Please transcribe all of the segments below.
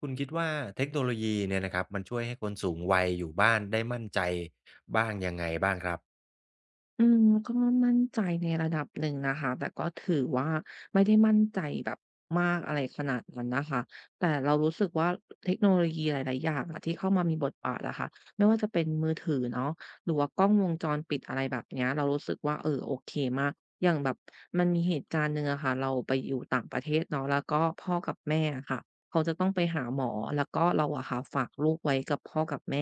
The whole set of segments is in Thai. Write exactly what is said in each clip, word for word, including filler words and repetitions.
คุณคิดว่าเทคโนโลยีเนี่ยนะครับมันช่วยให้คนสูงวัยอยู่บ้านได้มั่นใจบ้างยังไงบ้างครับอืมก็มั่นใจในระดับหนึ่งนะคะแต่ก็ถือว่าไม่ได้มั่นใจแบบมากอะไรขนาดนั้นนะคะแต่เรารู้สึกว่าเทคโนโลยีหลายๆอย่างอะที่เข้ามามีบทบาทอะค่ะไม่ว่าจะเป็นมือถือเนาะหรือว่ากล้องวงจรปิดอะไรแบบเนี้ยเรารู้สึกว่าเออโอเคมากอย่างแบบมันมีเหตุการณ์หนึ่งอะค่ะเราไปอยู่ต่างประเทศเนาะแล้วก็พ่อกับแม่อะค่ะเขาจะต้องไปหาหมอแล้วก็เราอะค่ะฝากลูกไว้กับพ่อกับแม่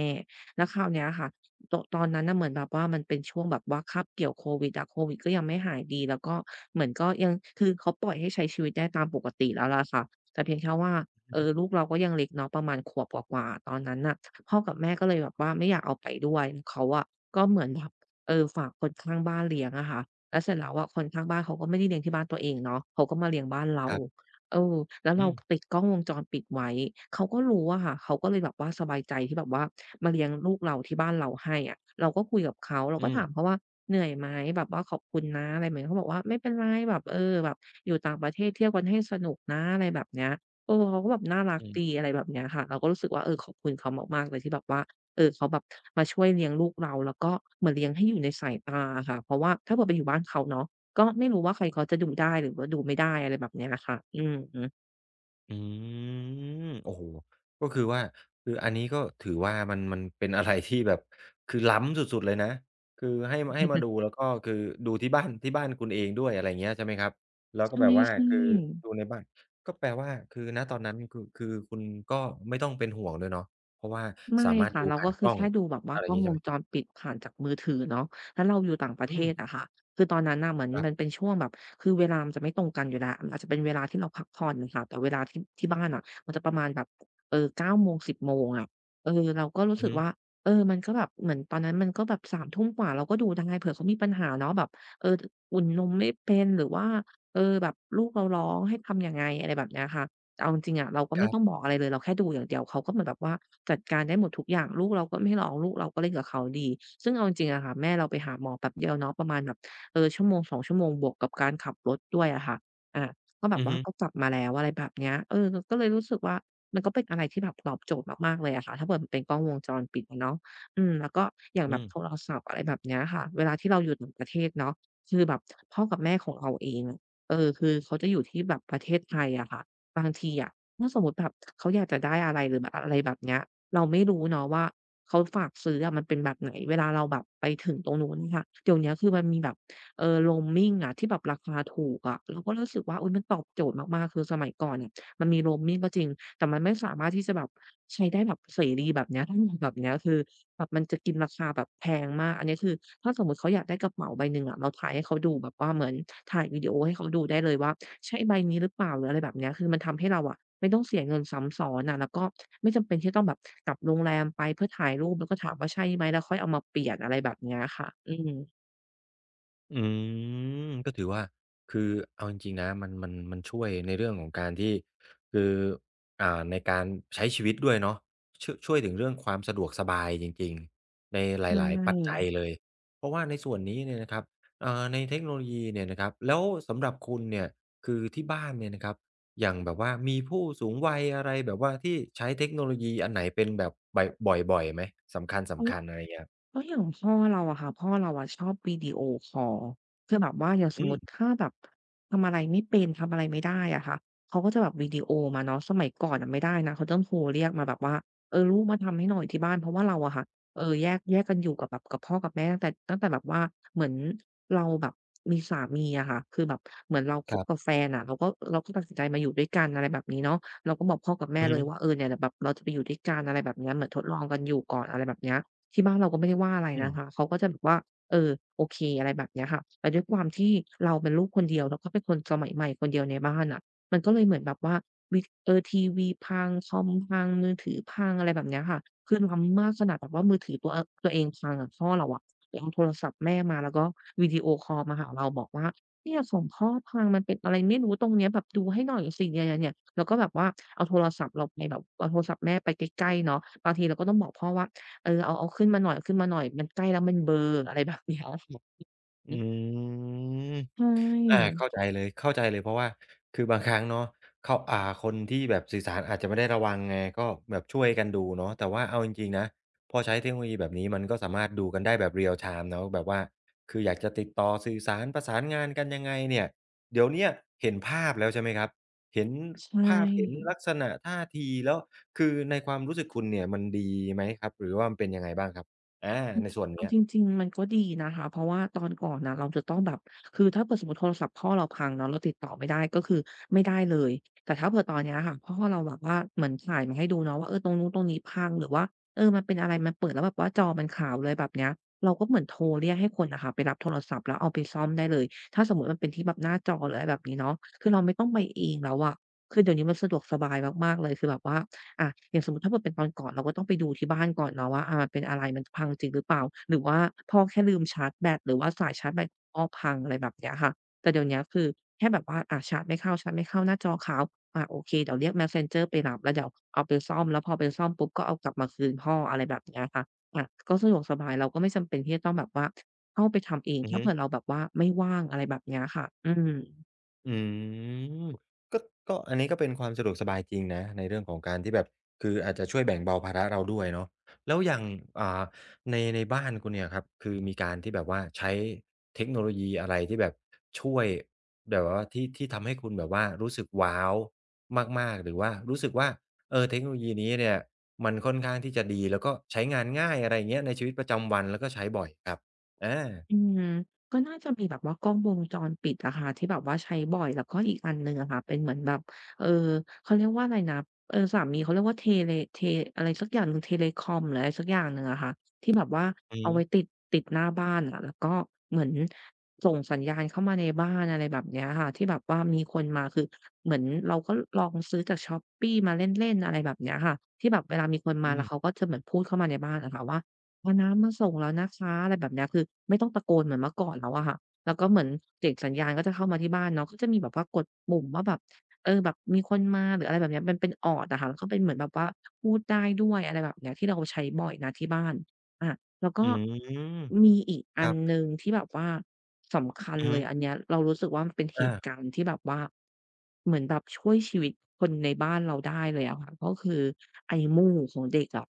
แล้วคราวเนี้ยค่ะ โตตอนนั้นน่ะเหมือนแบบว่ามันเป็นช่วงแบบว่าคาบเกี่ยวโควิดอะโควิดก็ยังไม่หายดีแล้วก็เหมือนก็ยังคือเขาปล่อยให้ใช้ชีวิตได้ตามปกติแล้วล่ะค่ะแต่เพียงแค่ว่าเอ่อลูกเราก็ยังเล็กเนาะประมาณขวบกว่าๆตอนนั้นน่ะพ่อกับแม่ก็เลยแบบว่าไม่อยากเอาไปด้วยเขาอะก็เหมือนแบบเออฝากคนข้างบ้านเลี้ยงอะค่ะแล้วเสร็จแล้วอะคนข้างบ้านเขาก็ไม่ได้เลี้ยงที่บ้านตัวเองเนาะเขาก็มาเลี้ยงบ้านเรา ครับเออแล้วอืเรามติดกล้องวงจรปิดไว้เขาก็รู้อะค่ะเขาก็เลยแบบว่าสบายใจที่แบบว่ามาเลี้ยงลูกเราที่บ้านเราให้อะเราก็คุยกับเขาเราอืก็ถามมเขาว่าเหนื่อยไหมแบบว่าขอบคุณนะอะไรแบบนี้เขาบอกว่าไม่เป็นไรแบบเออแบบอยู่ต่างประเทศเที่ยวกันให้สนุกนะอะไรแบบเนี้ยเออเขาก็แบบน่ารักอืมดีอะไรแบบเนี้ยค่ะเราก็รู้สึกว่าเออขอบคุณเขามากๆเลยที่แบบว่าเออเขาแบบมาช่วยเลี้ยงลูกเราแล้วก็เหมือนเลี้ยงให้อยู่ในสายตาอะค่ะเพราะว่าถ้าเผื่อไปอยู่บ้านเขาเนาะ ก็ไม่รู้ว่าใครเขาจะดูได้หรือว่าดูไม่ได้อะไรแบบเนี้ยค่ะอือฮึอืมโอ้โฮก็คือว่าคืออันนี้ก็ถือว่ามันมันเป็นอะไรที่แบบคือล้ำสุดๆเลยนะคือให้มให้มาดูแล้วก็คือดูที่บ้านที่บ้านคุณเองด้วยอะไรอย่างเงี้ยใช่ไหมครับแล้วใก็แบบว่าช่คือดูๆ ในบ้านก็แปลว่าคือณตอนนั้นคือคือคุณก็ไม่ต้องเป็นห่วงด้วยเนาะเพราะว่าไม่สามารถค่ะดูเราผ่าก็นกคือล้องแค่ดูแบบว่าอะไรอกล้ย่างองงี้วใช่งไหจมรปิดผ่านจากมือถือเนาะแล้วเราอยู่ต่างประเทอืมศอะค่ะคือตอนนั้นน่ะเหมือนครัมันเป็บ นช่วงแบบคือเวลามันจะไม่ตรงกันอยู่แล้วมันอาจจะเป็นเวลาที่เราพักผ่อนค่ะแต่เวลาที่ที่บ้านอะมันจะประมาณแบบเอ่อเก้าโมงสิบโมงอะเออเราก็รู้อือสึกฮึว่าเออมันก็แบบเหมือนตอนนั้นมันก็แบบสามทุ่มกว่าเราก็ดูได้เผื่อเขามีปัญหาเนาะแบบเอออุ่นนมไม่เป็นหรือว่าเออแบบลูกเราร้องให้ทำยังไงอะไรแบบเนี้ยค่ะ แต่เอาจริงๆอะเราก็คไม่รัต้องบบอกอะไรเลยเราแค่ดูอย่างเดียวเขาก็เหมือนแบบว่าจัดการได้หมดทุกอย่างลูกเราก็ไม่ร้องลูกเราก็เล่นกับเขาดีซึ่งเอาจริงๆอะค่ะแม่เราไปหาหมอแป๊บเดียวเนาะประมาณแบบเออชั่วโมงสอสองชั่วโมงบวกกับการขับรถด้วยอะค่ะอาก็แบบอือว่าฮึก็กลับมาแล้วอะไรแบบเนี้ยเออเราก็เลยรู้สึกว่ามันก็เป็นอะไรที่แบบตอบโจทย์มากๆเลยอะค่ะถ้าเผื่อมันเป็นกล้องวงจรปิดอะเนาะอืมแล้วก็อย่างแบอืบมโทรศัพท์อะไรแบบเนี้ยค่ะเวลาที่เราอยู่ต่างประเทศเนาะคือแบบพ่อกับแม่ของเราเองอะเออคือเขาจะอยู่ที่แบบประเทศไทยอะค่ะ บางทีอะถ้าสมมุติแบบเขาอยากจะได้อะไรหรือแบบออะไรแบบเนี้ยเราไม่รู้เนาะว่าเขาฝากซื้ออะมันเป็นแบบไหน เวลาเราแบบไปถึงตรงนู้นค่ะเดี๋ยวเนี้ยคือมันมีแบบเอ่อ roaming อะที่แบบราคาถูกอะเราก็รู้สึกว่าอุ๊ยมันตอบโจทย์มากๆ คือสมัยก่อนเนี่ยมันมี โรมมิ่ง ก็จริง แต่มันไม่สามารถที่จะแบบใช้ได้แบบเสรีแบบเนี้ยถ้าอย่างแบบเนี้ยคือแบบมันจะกินราคาแบบแพงมากอันนี้คือถ้าสมมุติเขาอยากได้กระเป๋าใบหนึ่งอะเราถ่ายให้เขาดูแบบว่าเหมือนถ่ายวิดีโอให้เขาดูได้เลยว่าใช่ใบนี้หรือเปล่าหรืออะไรแบบเนี้ยคือมันทำให้เราอะไม่ต้องเสียเงินซ้ำซ้อนอะแล้วก็ไม่จำเป็นที่จะต้องแบบกลับโรงแรมไปเพื่อถ่ายรูปแล้วก็ถามว่าใช่ไหมแล้วค่อยเอามาเปลี่ยนอะไรแบบเนี้ยค่ะอืมอืมก็ถือว่าคือเอาจริงๆนะมันมันมันช่วยในเรื่องของการที่คืออ่าในการใช้ชีวิตด้วยเนาะชช่วยถึงเรื่องความสะดวกสบายจริงๆ ในหลายๆปัจจัยใเลย เพราะว่าในส่วนนี้เนี่ยนะครับเอ่อในเทคโนโลยีเนี่ยนะครับแล้วสำหรับคุณเนี่ยคือที่บ้านเนี่ยนะครับอย่างแบบว่ามีผู้สูงวัยอะไรแบบว่าที่ใช้เทคโนโลยีอันไหนเป็นแบบบ่อยบ่อยๆไหมสำช่ คัญๆอะไรเงี้ยก็อย่างพ่อเราอะค่ะพ่อเราอะชอบวิดีโอคอลคือแบบว่าอย่างสอืมมุติมถ้าแบบทำอะไรไม่เป็นทำอะไรไม่ได้อะค่ะเขาก็จะแบบวิดีโอมาเนาะสมัยก่อนอะไม่ได้นะเขาต้องโทรเรียกมาแบบว่าเออลูกมาทำให้หน่อยที่บ้านเพราะว่าเราอะค่ะเออแยกแยกกันอยู่กับแบบกับพ่อกับแม่ตั้งแต่ตั้งแต่แบบว่าเหมือนเราแบบมีสามีอะค่ะคือแบบเหมือนเราคคบรักับบ แฟนอะเราก็เราก็ตัดสินใจมาอยู่ด้วยกันอะไรแบบนี้เนาะเราก็บอกพ่อกับแม่อือเลฮึยว่าเออเนี่ยเดี๋ยวแบบเราจะไปอยู่ด้วยกันอะไรแบบเนี้ยเหมือนทดลองกันอยู่ก่อนอะไรแบบเนี้ย ที่บ้านเราก็ไม่ได้ว่าอะไรอืมนะคะเขาก็จะแบบว่าเออโอเคอะไรแบบเนี้ยค่ะแต่ด้วยความที่เราเป็นลูกคนเดียวแล้วก็เป็นคนสมัยใหม่คนเดียวในบ้านน่ะมันก็เลยเหมือนแบบว่าวิเออทีวีพังคอมพังมือถือพังอะไรแบบเนี้ยค่ะคือล้ำมากขนาดแบบว่ามือถือตัวอตัวเองพังอะพ่อเราอะไปเอาโทรศัพท์แม่มาแล้วก็วิดีโอคอลมาหาเราบอกว่าเนี่ยของพ่อพังมันเป็นอะไรไม่รู้ตรงเนี้ยแบบดูให้หน่อยสิเนี่ยๆๆแล้วก็แบบว่าเอาโทรศัพท์เราไปแบบเอาโทรศัพท์แม่ไปใกล้ๆเนาะบางทีเราก็ต้องบอกพ่อว่า เออเอาเอาขึ้นมาหน่อยเอาขึ้นมาหน่อยมันใกล้แล้วมันเบลออะไรแบบ เนี้ยค่ะอือือมใช่อาเข้าใจเลยเข้าใจเลยเพราะว่าคือบางครั้งเนาะเขาอ่าคนที่แบบสื่อสารอาจจะไม่ได้ระวังไงก็แบบช่วยกันดูเนาะแต่ว่าเอาจริงๆนะพอใช้เทคโนโลยีแบบนี้มันก็สามารถดูกันได้แบบ real time เนาะแบบว่าคืออยากจะติดต่อสื่อสารประสานงานกันยังไงเนี่ยเดี๋ยวเนี้ยเห็นภาพแล้วใช่ไหมครับเห็นใช่ ภาพเห็นลักษณะท่าทีแล้วคือในความรู้สึกคุณเนี่ยมันดีไหมครับหรือว่ามันเป็นยังไงบ้างครับอาในส่วนเอาเนี้ยจริงๆมันก็ดีนะคะเพราะว่าตอนก่อนน่ะเราจะต้องแบบคือถ้าเผื่อสมมุติโทรศัพท์พ่อเราพังเนาะเราติดต่อไม่ได้ก็คือไม่ได้เลยแต่ถ้าเผื่อตอนเนี้ยค่ะพ่อเราแบบว่าเหมือนถ่ายมาให้ดูเนาะว่าเออตรงนู้นตรงนี้พังหรือว่าเออมันเป็นอะไรมันเปิดแล้วแบบว่าจอมันขาวเลยแบบเนี้ยเราก็เหมือนโทรเรียกให้คนนะค่ะไปรับโทรศัพท์แล้วเอาไปซ่อมได้เลยถ้าสมมุติมันเป็นที่แบบหน้าจอหรืออะไรแบบนี้เนาะคือเราไม่ต้องไปเองแล้วอะคือเดี๋ยวนี้มันสะดวกสบายมากๆเลยคือแบบว่า อะอย่างสมมุติถ้าเผื่อเป็นตอนก่อนเราก็ต้องไปดูที่บ้านก่อนเนาะว่าอาเป็นอะไรมันพังจริงหรือเปล่าหรือว่าพ่อแค่ลืมชาร์จแบตหรือว่าสายชาร์จแบตพ่อพังอะไรแบบเนี้ยค่ะแต่เดี๋ยวเนี้ยคือแค่แบบว่าอาชาร์จไม่เข้าชาร์จไม่เข้าหน้าจอขาวอาโอเคเดี๋ยวเรียก Messenger ไปรับแล้วเดี๋ยวเอาไปซ่อมแล้วพอไปซ่อมปุ๊บก็เอากลับมาคืนพ่ออะไรแบบเนี้ยค่ะอาก็สะดวกสบายเราก็ไม่จำเป็นที่จะต้องแบบว่าเข้าไปทำเองอือถ้าฮึ เผื่อเราแบบว่าไม่ว่างอะไรแบบเนี้ยค่ะอืม อืมก็ก็อันนี้ก็เป็นความสะดวกสบายจริงนะในเรื่องของการที่แบบคืออาจจะช่วยแบ่งเบาภาระเราด้วยเนาะแล้วอย่างอ่าในในบ้านคุณเนี่ยครับคือมีการที่แบบว่าใช้เทคโนโลยีอะไรที่แบบช่วยแบบว่าที่ที่ทำให้คุณแบบว่ารู้สึกว้าวมากๆหรือว่ารู้สึกว่าเออเทคโนโลยีนี้เนี่ยมันค่อนข้างที่จะดีแล้วก็ใช้งานง่ายอะไรอย่างเงี้ยในชีวิตประจำวันแล้วก็ใช้บ่อยครับอาอืมก็น่าจะมีแบบว่ากล้องวงจรปิดอะค่ะที่แบบว่าใช้บ่อยแล้วก็อีกอันหนึ่งอะค่ะเป็นเหมือนแบบเออเขาเรียกว่าอะไรนะเออสามีเขาเรียกว่าเทเลเทอะไรสักอย่างหนึ่งเทเลคอมหรืออะไรสักอย่างหนึ่งอะค่ะที่แบบว่าอือเอาไว้ฮึติดติดหน้าบ้านอะแล้วก็เหมือนส่งสัญญาณเข้ามาในบ้านอะไรแบบเนี้ยค่ะที่แบบว่ามีคนมาคือเหมือนเราก็ลองซื้อจากช้อปปี้มาเล่นๆอะไรแบบเนี้ยค่ะที่แบบเวลามีคนมาอืแล้วเขามก็จะเหมือนพูดเข้ามาในบ้านอะค่ะว่า เอาน้ำมาส่งแล้วนะคะอะไรแบบเนี้ยคือไม่ต้องตะโกนเหมือนเมื่อก่อนแล้วอะค่ะแล้วก็เหมือนเสียงสัญญาณก็จะเข้ามาที่บ้านเนาะก็จะมีแบบว่ากดปุ่มว่าแบบเออแบบมีคนมาหรืออะไรแบบเนี้ยมันเป็นอ d d อะค่ะแล้วก็เป็นเหมือนแบบว่าพูดได้ด้วยอะไรแบบเนี้ยที่เราใช้บ่อยนะที่บ้านอาแล้วอืก็มมีอีกคอัรันหบนึ่งที่แบบว่าสำคัญอือฮึเลยอันเนี้ยเรารู้สึกว่ามันเป็นเหอา ตุการณ์ที่แบบว่าเหมือนแบบช่วยชีวิตคนในบ้านเราได้เลยอะค่ะก็คือไอมูกของเด็กอะ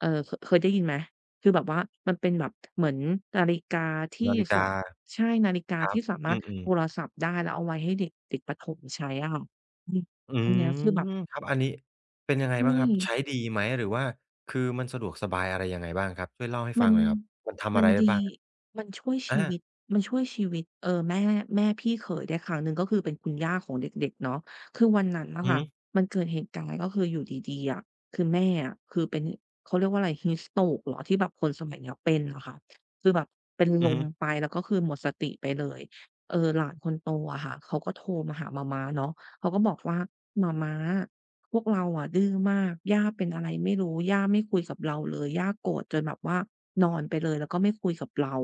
เออเคเคยได้ยินไหม คือแบบว่ามันเป็นแบบเหมือนนาฬิกาที่นาฬิสะกาใช่นาฬิกาครับที่สาอมารถืมโทรๆศัพท์ได้แล้วเอาไว้ให้เด็กเด็กประถมใช้อะค่ะอืมอือันเนี้ยคือแบบมครับอันนี้เป็นยังไงใช่ บ้างครับ ใช้ดีไหมหรือว่าคือมันสะดวกสบายอะไรยังไงบ้างครับ ช่วยเล่าให้มัฟังนหน่อยครับ มันทำมัอะนไรได้ดีบ้างมันช่วยชีอาวิตมันช่วยชีวิตเอ่อแม่แม่พี่เขยได้ครั้งหนึ่งก็คือเป็นคุณย่าของเด็กๆเนาะคือวันนั้นน่ะอือฮึค่ะมันเกิดเหตุการณ์ก็คืออยู่ดีๆอะคือแม่อะคือเป็นเขาเรียกว่าอะไร heat stroke เหรอที่แบบคนสมัยเนี้ยเป็นอะค่ะคือแบบเป็นลอือฮึมไปแล้วก็คือหมดสติไปเลยเอ่อหลานคนโตอะค่ะเขาก็โทรมาหาหม่าม้าเนาะเขาก็บอกว่าหม่าม้า พวกเราอะดื้อมากย่าเป็นอะไรไม่รู้ย่าไม่คุยกับเราเลยย่าโกรธจนแบบว่านอนไปเลยแล้วก็ไม่คุยกับเรา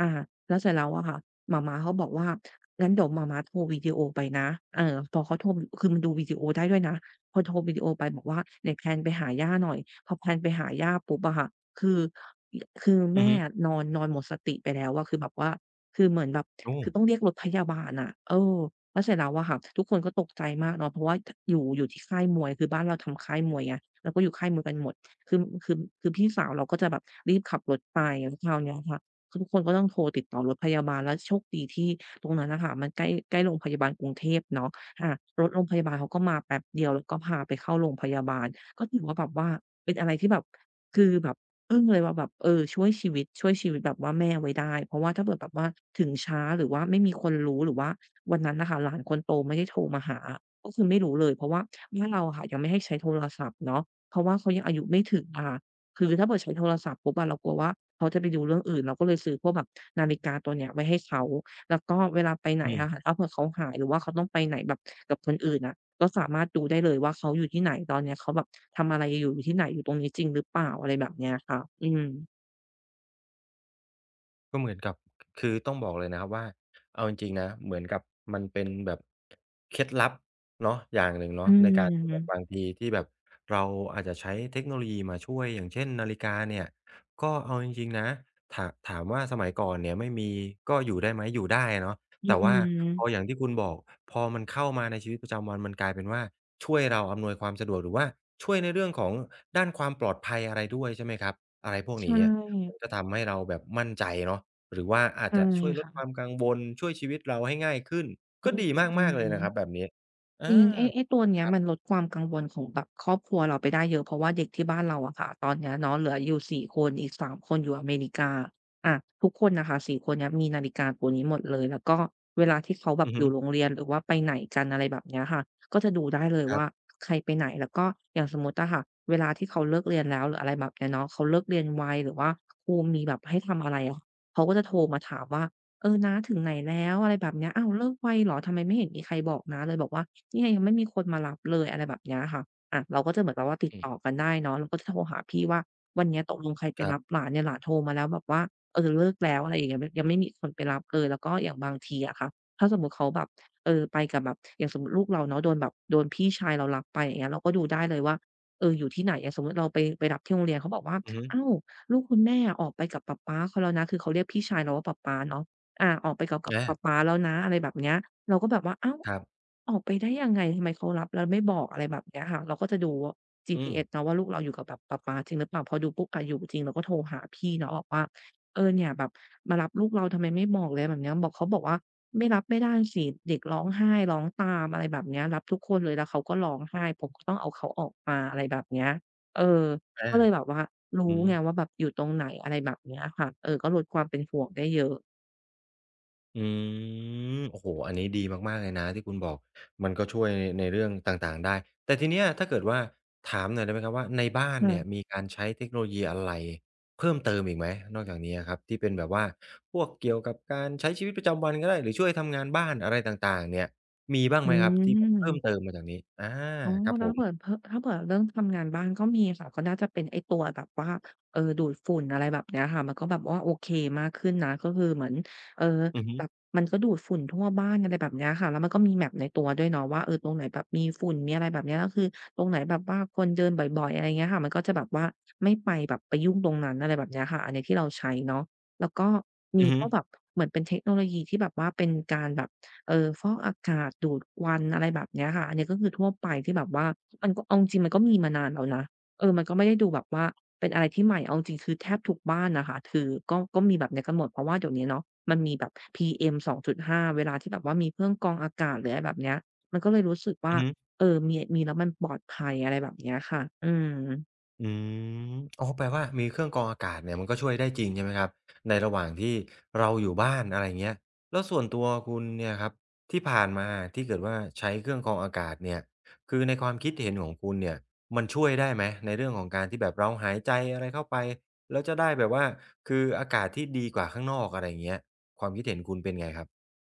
อาแล้วเสร็จแล้วอะค่ะหม่าม้าเขาบอกว่างั้นเดี๋ยวหม่าม้าโทรวิดีโอไปนะเออพอเขาโทรคือมันดูวิดีโอได้ด้วยนะพอโทรวิดีโอไปบอกว่าเนี่ยแพลนไปหาย่าหน่อยพอแพลนไปหาย่าปุ๊บอะค่ะคือยคืออือแม่ฮึอะนอนนอนหมดสติไปแล้วอะคือแบบว่าคือเหมือนแบบโอ้คือต้องเรียกรถพยาบาลอะเออ แล้วเสร็จแล้วอะค่ะทุกคนก็ตกใจมากเนาะเพราะว่าอยู่อยู่ที่ค่ายมวยคือบ้านเราทำค่ายมวยไงเราก็อยู่ค่ายมวยกันหมดคือคือคือพี่สาวเราก็จะแบบรีบขับรถไปแล้วคราวเนี้ยค่ะคือทุกคนก็ต้องโทรติดต่อรถพยาบาลแล้วโชคดีที่ตรงนั้นน่ะค่ะมันใกล้ใกล้โรงพยาบาลกรุงเทพเนาะอารถโรงพยาบาลเขาก็มาแป๊บเดียวแล้วก็พาไปเข้าโรงพยาบาลก็ถือว่าแบบว่าเป็นอะไรที่แบบคือแบบอึ้งเลยว่าแบบเออช่วยชีวิตช่วยชีวิตแบบว่าแม่ไว้ได้เพราะว่าถ้าเกิดแบบว่าถึงช้าหรือว่าไม่มีคนรู้หรือว่า วันนั้นน่ะค่ะหลานคนโตไม่ได้โทรมาหา ก็คือไม่รู้เลยเพราะว่าบ้านเราอะค่ะยังไม่ให้ใช้โทรศัพท์เนาะเพราะว่าเขายังอายุไม่ถึงอะค่ะคือถ้าเผื่อใช้โทรศัพท์ปุ๊บอะเรากลัวว่าเขาจะไปดูเรื่องอื่นเราก็เลยซื้อพวกแบบนาฬิกาตัวเนี้ยไว้ให้เขาแล้วก็เวลาไปไหนอืม อะค่ะถ้าเผื่อเขาหายหรือว่าเขาต้องไปไหนแบบกับคนอื่นอะก็สามารถดูได้เลยว่าเขาอยู่ที่ไหนตอนเนี้ยเขาแบบทำอะไรอยู่อยู่ที่ไหนอยู่ตรงนี้จริงหรือเปล่าอะไรแบบเนี้ยค่ะอืมก็เหมือนกับคือต้องบอกเลยนะครับว่าเอาจริงๆนะเหมือนกับมันเป็นแบบเคล็ดลับเนาะอย่างหนึ่งอืเนาะในการที่แบบบามงทีที่แบบเราอาจจะใช้เทคโนโลยีมาช่วยอย่างเช่นนาฬิกาเนี่ยก็เอาจริงๆนะถาถามว่าสมัยก่อนเนี่ยไม่มีก็อยู่ได้ไหมอยู่ได้เนาะอืแต่ว่าพออมย่างที่คุณบอกพอมันเข้ามาในชีวิตประจำวันมันกลายเป็นว่าช่วยเราอำนวยความสะดวกหรือว่าช่วยในเรื่องของด้านความปลอดภัยอะไรด้วยใช่ไหมครับอะไรพวกใช่นี้ มันก็ทำให้เราแบบมั่นใจเนาะหรือว่าอาจใช่จะช่วยลดค่ะความกังวลช่วยชีวิตเราให้ง่ายขึ้นอืก็มดีอืมากๆเลยนะครับอ แบบนี้อาจริงไอ้ไอ้ตัวเนี้คยรับมันลดความกังวลของแบบครอบครัวเราไปได้เยอะเพราะว่าเด็กที่บ้านเราอะค่ะตอนเนี้ยเนาะเหลืออยู่สี่คนอีกสามคนอยู่อเมริกาอาทุกคนน่ะค่ะสี่คนเนี้ยมีนาฬิกาตัวนี้หมดเลยแล้วก็เวลาที่เขาแบบอืออฮึยู่โรงเรียนหรือว่าไปไหนกันอะไรแบบเนี้ยค่ะก็จะดูได้เลยครัว่าบใครไปไหนแล้วก็อย่างสมมุติอะค่ะเวลาที่เขาเลิกเรียนแล้วหรืออะไรแบบเนี้ยเนาะเขาเลิกเรียนไวหรือว่าครูมีแบบให้ทำอะไรอะเขาก็จะโทรมาถามว่าเออน้าถึงไหนแล้วอะไรแบบเนี้ยอ้าวเลิกไวเหรอทำไมไม่เห็นมีใครบอกน้าเลยบอกว่า เนี่ยยังไม่มีคนมารับเลยอะไรแบบเนี้ยค่ะอะเราก็จะเหมือนแบบว่าติดอืมต่อกันได้เนาะเราก็จะโทรหาพี่ว่าวันเนี้ยตกลงใครไปครัรับบหลานเนี่ยหลานโทรมาแล้วแบบว่าเออเลิกแล้วอะไรอย่างเงี้ยมยังไม่มีคนไปรับเลยแล้วก็อย่างบางทีอะค่ะถ้าสมมุติเขาแบบเออไปกับแบบอย่างสมมุติลูกเราเนาะโดนแบบโดนพี่ชายเรารับไปอย่างเงี้ยเราก็ดูได้เลยว่าเอออยู่ที่ไหนอย่างสมมุติเราไปไปรับที่โรงเรียนเขาบอกว่าอือฮึอ้าวลูกคุณแม่อะออกไปกับป๊าป๊าเขาแล้วนะคือเขาเรียกพี่ชายเราว่าป๊าป๊าเนาะอาออกไปกับกับอาป๊าป๊าแล้วนะอะไรแบบเนี้ย เราก็แบบว่าอ้าวครับออกไปได้ยังไงทำไมเขารับแล้วไม่บอกอะไรแบบเนี้ยค่ะเราก็จะดู อืม จี พี เอส เนาะว่าลูกเราอยู่กับแบบป๊าป๊าจริงหรือเปล่าพอดูปุ๊บอะอยู่จริงเราก็โทรหาพี่เนาะบอกว่าเออเนี่ยแบบมารับลูกเราทำไมไม่บอกเลยแบบเนี้ยบอกเขาบอกว่าไม่รับไม่ได้สิเด็กร้องไห้ร้องตามอะไรแบบเนี้ยรับทุกคนเลยแล้วเขาก็ร้องไห้ผมก็ต้องเอาเขาออกมาอะไรแบบเนี้ยเอออาก็เลยแบบว่าอืรู้ม ไงว่าแบบอยู่ตรงไหนอะไรแบบเนี้ยค่ะเออก็ลดความเป็นห่วงได้เยอะอืมโอ้โฮอันนี้ดีมากๆเลยนะที่คุณบอกมันก็ช่วยในเรื่องต่างๆได้แต่ทีเนี้ยถ้าเกิดว่าถามหน่อยได้ไหมครับว่าในบ้านเนี่ยมีค่ะการใช้เทคโนโลยีอะไรเพิ่มเติมอีกไหมนอกจากนี้อะครับที่เป็นแบบว่าพวกเกี่ยวกับการใช้ชีวิตประจำวันก็ได้หรือช่วยทำงานบ้านอะไรต่างๆเนี่ยมีบ้างอืไหมครับที่แบบเพิ่มเติม มมาจากนี้อาอ๋อครับแล้ผวมเผื่อเผ่อถ้าเผื่อเรื่องทำงานบ้านก็มีค่ะก็น่าจะเป็นไอ้ตัวแบบว่าเอ่อดูดฝุ่นอะไรแบบเนี้ยค่ะมันก็แบบว่าโอเคมากขึ้นนะก็คือเหมือนเอ่ออือฮึแบบมันก็ดูดฝุ่นทั่วบ้านอะไรแบบเนี้ยค่ะแล้วมันก็มี map ในตัวด้วยเนาะว่าเออตรงไหนแบบมีฝุ่นมีอะไรแบบเนี้ยแล้วคือตรงไหนแบบว่าคนเดินบ่อยๆอะไรเงี้ยค่ะมันก็จะแบบว่าไม่ไปแบบไปยุ่งตรงนั้นอะไรแบบเนี้ยค่ะอันเนี้ยที่เราใช้เนาะแล้วก็อืมีอพฮึวกแบบเหมือนเป็นเทคโนโลยีที่แบบว่าเป็นการแบบ เอ่อฟอกอากาศดูดควันอะไรแบบเนี้ยค่ะอันนี้ก็คือทั่วไปที่แบบว่ามันก็เอาจริงๆมันก็มีมานานแล้วนะเออมันก็ไม่ได้ดูแบบว่าเป็นอะไรที่ใหม่เอาจริงๆคือแทบทุกบ้านน่ะค่ะคือก็ก็มีแบบเนี้ยกันหมดเพราะว่าเดี๋ยวนี้เนาะมันมีแบบ พี เอ็ม สองจุดห้าเวลาที่แบบว่ามีเครื่องกรองอากาศหรืออะไรแบบเนี้ยมันก็เลยรู้สึกอืว่าอฮึ เออมีมีแล้วมันปลอดภัยอะไรแบบเนี้ยค่ะอืม อืมอ๋อแปลว่ามีเครื่องกรองอากาศเนี่ยมันก็ช่วยได้จริงใช่ไหมครับในระหว่างที่เราอยู่บ้านอะไรอย่างเงี้ยแล้วส่วนตัวคุณเนี่ยครับที่ผ่านมาที่เกิดว่าใช้เครื่องกรองอากาศเนี่ยคือในความคิดเห็นของคุณเนี่ยมันช่วยได้ไหมในเรื่องของการที่แบบเราหายใจอะไรเข้าไปแล้วจะได้แบบว่าคืออากาศที่ดีกว่าข้างนอกอะไรอย่างเงี้ยความคิดเห็นคุณเป็นไงครับ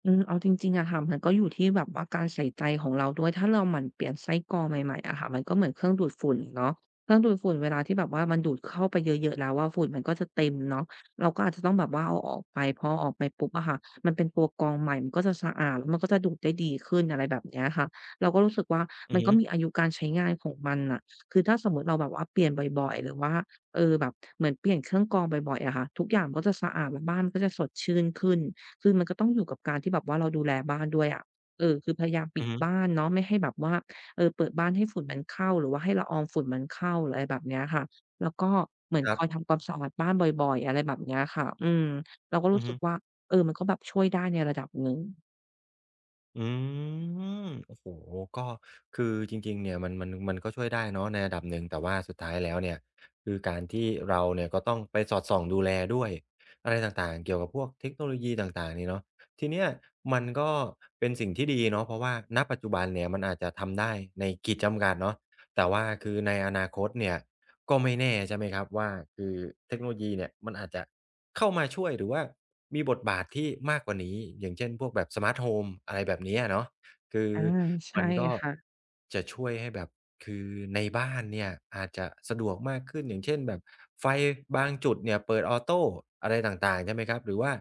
อืมเอาจริงๆอะค่ะมันก็อยู่ที่แบบว่าการใส่ใจของเราด้วยถ้าเราหมั่นเปลี่ยนไส้กรองใหม่ๆอะค่ะมันก็เหมือนเครื่องดูดฝุ่นเนาะเครื่องดูดฝุ่นเวลาที่แบบว่ามันดูดเข้าไปเยอะๆแล้วอะฝุ่นมันก็จะเต็มเนาะเราก็อาจจะต้องแบบว่าเอาออกไปพอเอาออกไปปุ๊บอะค่ะมันเป็นตัวกรองใหม่มันก็จะสะอาดแล้วมันก็จะดูดได้ดีขึ้นอะไรแบบเนี้ยค่ะเราก็รู้สึกว่าอืมัอนฮึก็มีอายุการใช้งานของมันน่ะคือถ้าสมมุติเราแบบว่าเปลี่ยนบ่อยๆหรือว่าเออแบบเหมือนเปลี่ยนเครื่องกรองบ่อยๆอะค่ะทุกอย่างก็จะสะอาดแล้วบ้านก็จะสดชื่นขึ้น คือมันก็ต้องอยู่กับการที่แบบว่าเราดูแลบ้านด้วยอะเออคือพยายามปิอืดอฮึบ้านเนาะไม่ให้แบบว่าเออเปิดบ้านให้ฝุ่นมันเข้าหรือว่าให้ละอองฝุ่นมันเข้าหรืออะไรแบบเนี้ยค่ะแล้วก็เหมือนคครัอยบทำความสะอาดบ้านบ่อยๆอะไรแบบเนี้ยค่ะอืมเราก็อืรู้อสึฮึ กว่าเออมันก็แบบช่วยได้ในระดับหนึ่งอืมโอ้โฮก็คือจริงๆเนี่ยมันมันมันก็ช่วยได้เนาะในระดับหนึ่ง แต่ว่าสุดท้ายแล้วเนี่ย คือการที่เราเนี่ยก็ต้องไปสอดส่องดูแลด้วย อะไรต่างๆเกี่ยวกับพวกเทคโนโลยีต่างๆนี่เนาะทีเนี้ยมันก็เป็นสิ่งที่ดีเนาะเพราะว่าณปัจจุบันเนี่ย มันอาจจะทำได้ในขีดจำกัดเนาะแต่ว่าคือในอนาคตเนี่ย ก็ไม่แน่ใช่ไหมครับว่าคือเทคโนโลยีเนี่ยมันอาจจะเข้ามาช่วยหรือว่ามีบทบาทที่มากกว่านี้อย่างเช่นพวกแบบสมาร์ทโฮมอะไรแบบนี้อะเนาะคืออาใช่มันก็ค่ะจะช่วยให้แบบคือในบ้านเนี่ยอาจจะสะดวกมากขึ้นอย่างเช่นแบบไฟบางจุดเนี่ยเปิดออโตอะไรต่างๆใช่ไหมครับหรือว่า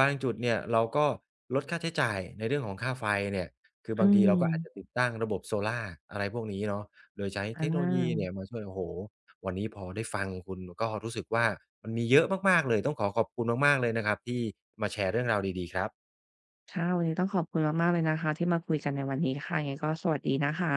บางจุดเนี่ยเราก็ลดค่าใช้จ่ายในเรื่องของค่าไฟเนี่ยคืออืบางทีเราก็อาจจะติมดตั้งระบบโซล่าร์อะไรพวกนี้เนาะโดยใช้เทอาคโนโลยีเนี่ยมาช่วยโอ้โฮ วันนี้พอได้ฟังคุณก็รู้สึกว่ามันมีเยอะมากๆเลยต้องขอขอบคุณมากๆเลยนะครับที่มาแชร์เรื่องราวดีๆครับค่ะวันนี้ต้องขอบคุณมากๆเลยนะคะที่มาคุยกันในวันนี้ค่ะยังไงก็สวัสดีนะคะ